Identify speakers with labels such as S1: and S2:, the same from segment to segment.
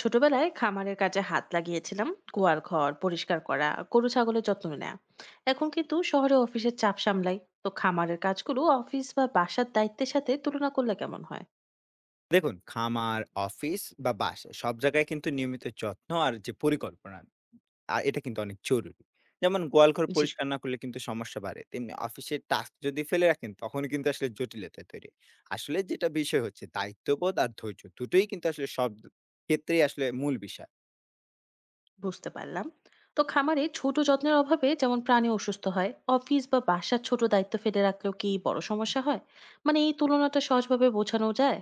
S1: ছোটবেলায় খামারের কাজে হাত লাগিয়েছিলাম। গোয়াল ঘর পরিষ্কার করা, গরু ছাগলের যত্ন নেওয়া। এখন কিন্তু শহরে অফিসের চাপ সামলাই, তো খামারের কাজগুলো অফিস বা বাসার দায়িত্বের সাথে তুলনা করলে কেমন হয়?
S2: দেখুন, খামার, অফিস বা বাসা সব জায়গায় কিন্তু নিয়মিত যত্ন আর যে পরিকল্পনা এটা কিন্তু অনেক জরুরি। যেমন গোয়ালঘর
S1: জি,
S2: পরিষ্কার না করলে কিন্তু সমস্যা বাড়ে। তেমনি অফিসের টাস্ক যদি ফেলে রাখেন তখন কিন্তু আসলে জটিলতা তৈরি। আসলে যেটা বিষয় হচ্ছে দায়িত্ববোধ আর ধৈর্য দুটোই কিন্তু আসলে সব ক্ষেত্রেই আসলে মূল বিষয়।
S1: বুঝতে পারলাম। তো খামারে ছোট যত্নের অভাবে যেমন প্রাণী অসুস্থ হয়, অফিস বা বাসার ছোট দায়িত্ব ফেলে রাখলেও কি বড় সমস্যা হয়? মানে এই তুলনাটা সহজভাবে বোঝানো যায়?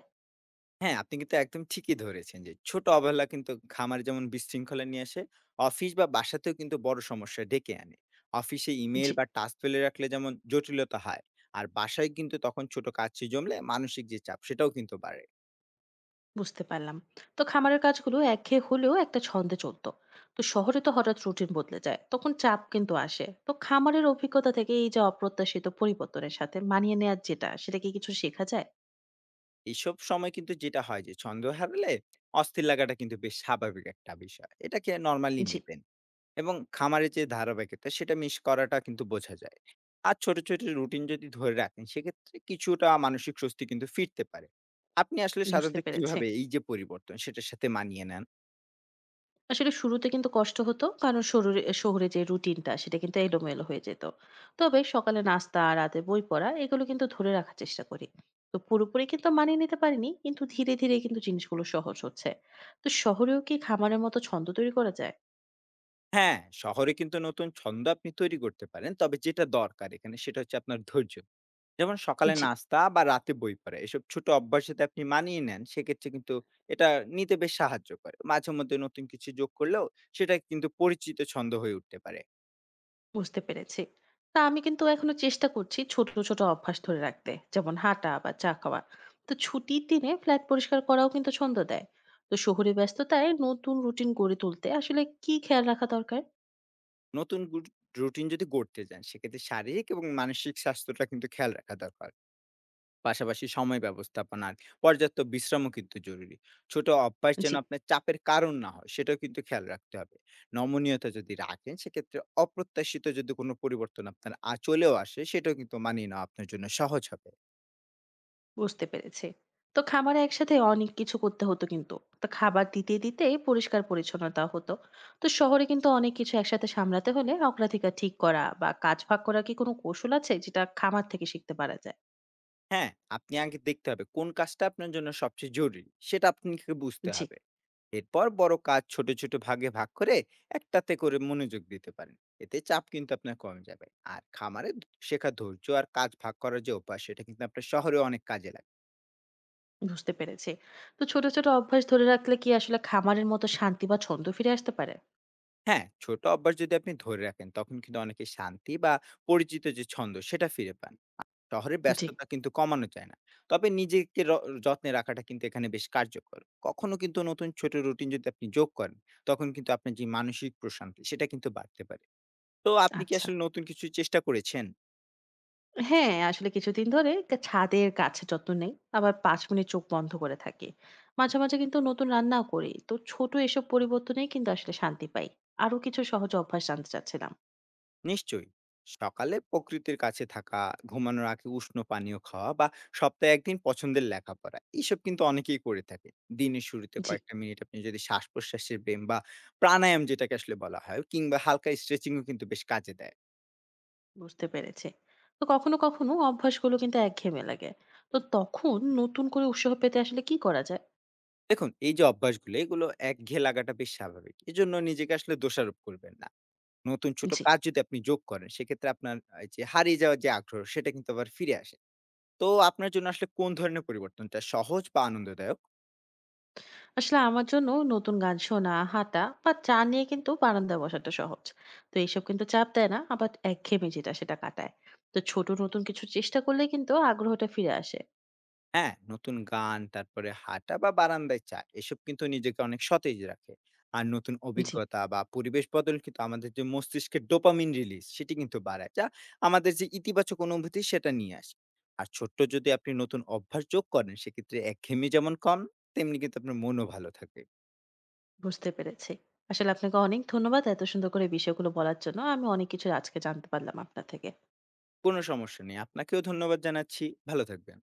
S2: হ্যাঁ, আপনি কিন্তু একদম ঠিকই ধরেছেন যে ছোট অবহেলা কিন্তু খামারে যেমন বিশৃঙ্খলা নিয়ে আসে, অফিস বা বাসাতেও কিন্তু বড় সমস্যা ডেকে আনে। অফিসে ইমেইল
S1: জি,
S2: বা টাস্ক ফেলে রাখলে যেমন জটিলতা হয়, আর বাসায় কিন্তু তখন ছোট কাজে জমলে মানসিক যে চাপ সেটাও কিন্তু বাড়ে।
S1: বুঝতে পারলাম। তো খামারের কাজগুলো একঘেয়ে হলেও একটা ছন্দে চলতো। তো শহরে তো হঠাৎ রুটিন বদলে যায়, তখন চাপ কিন্তু আসে। তো খামারের অভিজ্ঞতা থেকে এই যে অপ্রত্যাশিত পরিবর্তনের সাথে মানিয়ে নেওয়ার যেটা, সেটা কি কিছু শেখা যায়?
S2: এসব সময় কিন্তু যেটা হয় যে ছন্দ হারালে অস্থির লাগাটা কিন্তু বেশ স্বাভাবিক একটা বিষয়। এটাকে নরমালি
S1: জি,
S2: নিবেন। এবং খামারের যে ধারাবাহিকতা সেটা মিস করাটা কিন্তু বোঝা যায়। আর ছোট ছোট রুটিন যদি ধরে রাখেন সেক্ষেত্রে কিছুটা মানসিক স্বস্তি কিন্তু ফিরতে পারে। আপনি আসলে
S1: বুঝতে
S2: সাধারণত
S1: পেরেছে।
S2: কিভাবে এই যে পরিবর্তন সেটার সাথে মানিয়ে নেন?
S1: আসলে শুরুতে কিন্তু কষ্ট হতো, কারণ শরীরে শহরে যে রুটিনটা সেটা কিন্তু এলোমেলো হয়ে যেত। তবে সকালে নাস্তা, রাতে বই পড়া, এগুলো কিন্তু ধরে রাখার চেষ্টা করি। তো পুরোপুরি কিন্তু মানিয়ে নিতে পারিনি, কিন্তু ধীরে ধীরে কিন্তু জিনিসগুলো সহজ হচ্ছে। তো শহরেও কি খামারের মতো ছন্দ তৈরি করা যায়?
S2: হ্যাঁ, শহরে কিন্তু নতুন ছন্দ আপনি তৈরি করতে পারেন, তবে যেটা দরকার এখানে সেটা হচ্ছে আপনার ধৈর্য। যেমন সকালে
S1: জি,
S2: নাস্তা বা রাতে বই পড়া এসব ছোট অভ্যাস যদি আপনি মানিয়ে নেন সেক্ষেত্রে কিন্তু এটা নিতে বেশ সাহায্য করে। মাঝে মধ্যে নতুন কিছু যোগ করলেও সেটা কিন্তু পরিচিত ছন্দ হয়ে উঠতে পারে।
S1: বুঝতে পেরেছি। তা আমি কিন্তু এখনো চেষ্টা করছি ছোট, ছোট অভ্যাস ধরে রাখতে। যেমন হাঁটা বা চা খাওয়া। তো ছুটির দিনে ফ্ল্যাট পরিষ্কার করাও কিন্তু ছন্দ দেয়। তো শহুরে ব্যস্ততায় নতুন রুটিন গড়ে তুলতে আসলে কি খেয়াল রাখা দরকার?
S2: নতুন গুট রুটিন যদি গড়তে যান, সেক্ষেত্রে শারীরিক এবং মানসিক স্বাস্থ্যটা কিন্তু খেয়াল রাখা দরকার। পাশাপাশি সময় ব্যবস্থাপনা আর পর্যাপ্ত বিশ্রামও কিন্তু জরুরি। ছোট অভ্যাস যেন
S1: জি,
S2: আপনার চাপের কারণ না হয়, সেটাও কিন্তু খেয়াল রাখতে হবে। নমনীয়তা যদি রাখেন, সেক্ষেত্রে অপ্রত্যাশিত যদি কোনো পরিবর্তন আপনার চলেও আসে, সেটাও কিন্তু মানিয়ে নেওয়া আপনার জন্য সহজ হবে।
S1: বুঝতে পেরেছি। তো খামারে একসাথে অনেক কিছু করতে হতো কিন্তু। তো খাবার দিতে, দিতেই পরিষ্কার পরিচ্ছন্নতা হতো। তো শহরে কিন্তু অনেক কিছু একসাথে সামলাতে হলে অগ্রাধিকার ঠিক করা বা কাজ ভাগ করা কি কোনো কৌশল আছে যেটা খামার থেকে শিখতে পারা যায়?
S2: হ্যাঁ, আপনি আগে দেখতে হবে কোন কাজটা আপনার জন্য সবচেয়ে জরুরি, সেটা আপনাকে বুঝতে
S1: জি।
S2: হবে। এরপর বড় কাজ ছোট ছোট ভাগে ভাগ করে একটাতে করে মনোযোগ দিতে পারেন। এতে চাপ কিন্তু আপনার কমে যাবে। আর খামারে শেখা ধৈর্য আর কাজ ভাগ করার যে অভ্যাস সেটা কিন্তু আপনার শহরে অনেক কাজে লাগে।
S1: বুঝতে পেরেছি। তো ছোট, ছোট অভ্যাস ধরে রাখলে কি আসলে খামারের মতো শান্তি বা ছন্দ ফিরে আসতে পারে?
S2: হ্যাঁ, ছোট অভ্যাস যদি আপনি ধরে রাখেন তখন কিন্তু অনেকে শান্তি বা পরিচিত যে ছন্দ সেটা ফিরে পান। শহরে
S1: জি,
S2: ব্যস্ততা কিন্তু কমানো যায় না, তবে নিজেকে যত্নে রাখাটা কিন্তু এখানে বেশ কার্যকর। কখনো কিন্তু নতুন ছোট রুটিন যদি আপনি যোগ করেন তখন কিন্তু আপনার যে মানসিক প্রশান্তি সেটা কিন্তু বাড়তে পারে। তো আপনি কি
S1: আচ্ছা।
S2: আসলে নতুন কিছু চেষ্টা করেছেন?
S1: হ্যাঁ, আসলে কিছুদিন ধরে ছাদের গাছের যত্ন নেই। আবার ৫ মিনিট চোখ বন্ধ করে থাকি। মাঝে, মাঝে কিন্তু নতুন রান্নাও করি। তো ছোট এসব পরিবর্তনেই কিন্তু আসলে শান্তি পাই। আরো কিছু সহজ অভ্যাস জানতে চাচ্ছিলাম।
S2: নিশ্চয়ই। সকালে প্রকৃতির কাছে থাকা, ঘুমানোর আগে উষ্ণ পানীয় খাওয়া বা সপ্তাহে একদিন পছন্দের লেখাপড়া এইসব কিন্তু অনেকেই করে থাকে। দিনের শুরুতে
S1: জি।
S2: কয়েকটা মিনিট আপনি যদি শ্বাস প্রশ্বাসের ব্যায়াম বা প্রাণায়াম যেটাকে আসলে বলা হয় কিংবা হালকা স্ট্রেচিংও কিন্তু বেশ কাজে দেয়।
S1: বুঝতে পেরেছি। তো কখনো, কখনো অভ্যাসগুলো কিন্তু একঘেয়েমি লাগে। তো তখন নতুন করে উৎসাহ পেতে আসলে কি করা যায়?
S2: দেখুন, এই যে অভ্যাসগুলো এগুলো একঘেয়ে লাগাটা বেশ স্বাভাবিক, এজন্য নিজেকে আসলে দোষারোপ করবেন না। নতুন ছোট
S1: জি।
S2: কাজ যদি আপনি যোগ করেন সেক্ষেত্রে আপনার এই যে হারিয়ে যাওয়ার যে আগ্রহ সেটা কিন্তু আবার ফিরে আসে। তো আপনার জন্য আসলে কোন ধরনের পরিবর্তনটা সহজ বা আনন্দদায়ক?
S1: আসলে আমার জন্য নতুন গান শোনা, হাঁটা বা চা নিয়ে কিন্তু বারান্দায় বসাটা সহজ। তো এইসব কিন্তু চাপ দেয় না, আবার একঘেয়েমি যেটা সেটা কাটায়। তো ছোট নতুন কিছু চেষ্টা করলে কিন্তু আগ্রহটা ফিরে আসে।
S2: হ্যাঁ, নতুন গান, তারপরে হাঁটা বা বারান্দায় চা, এসব কিন্তু নিজেকে অনেক সতেজ রাখে। আর নতুন
S1: জি,
S2: অভিজ্ঞতা বা পরিবেশ বদল কিন্তু আমাদের যে মস্তিষ্কের ডোপামিন রিলিজ, সেটি কিন্তু বাড়ায়। যা আমাদের যে ইতিবাচক অনুভূতি, সেটা নিয়ে আসে। আর ছোট্ট যদি আপনি নতুন অভ্যাস যোগ করেন, সেক্ষেত্রে একঘেয়েমি যেমন কম, তেমনি কিন্তু আপনার মনও ভালো থাকে।
S1: বুঝতে পেরেছি। আসলে আপনাকে অনেক ধন্যবাদ এত সুন্দর করে বিষয়গুলো বলার জন্য। আমি অনেক কিছু আজকে জানতে পারলাম আপনার থেকে।
S2: কোনো সমস্যা নেই। আপনাকেও ধন্যবাদ জানাচ্ছি। ভালো থাকবেন।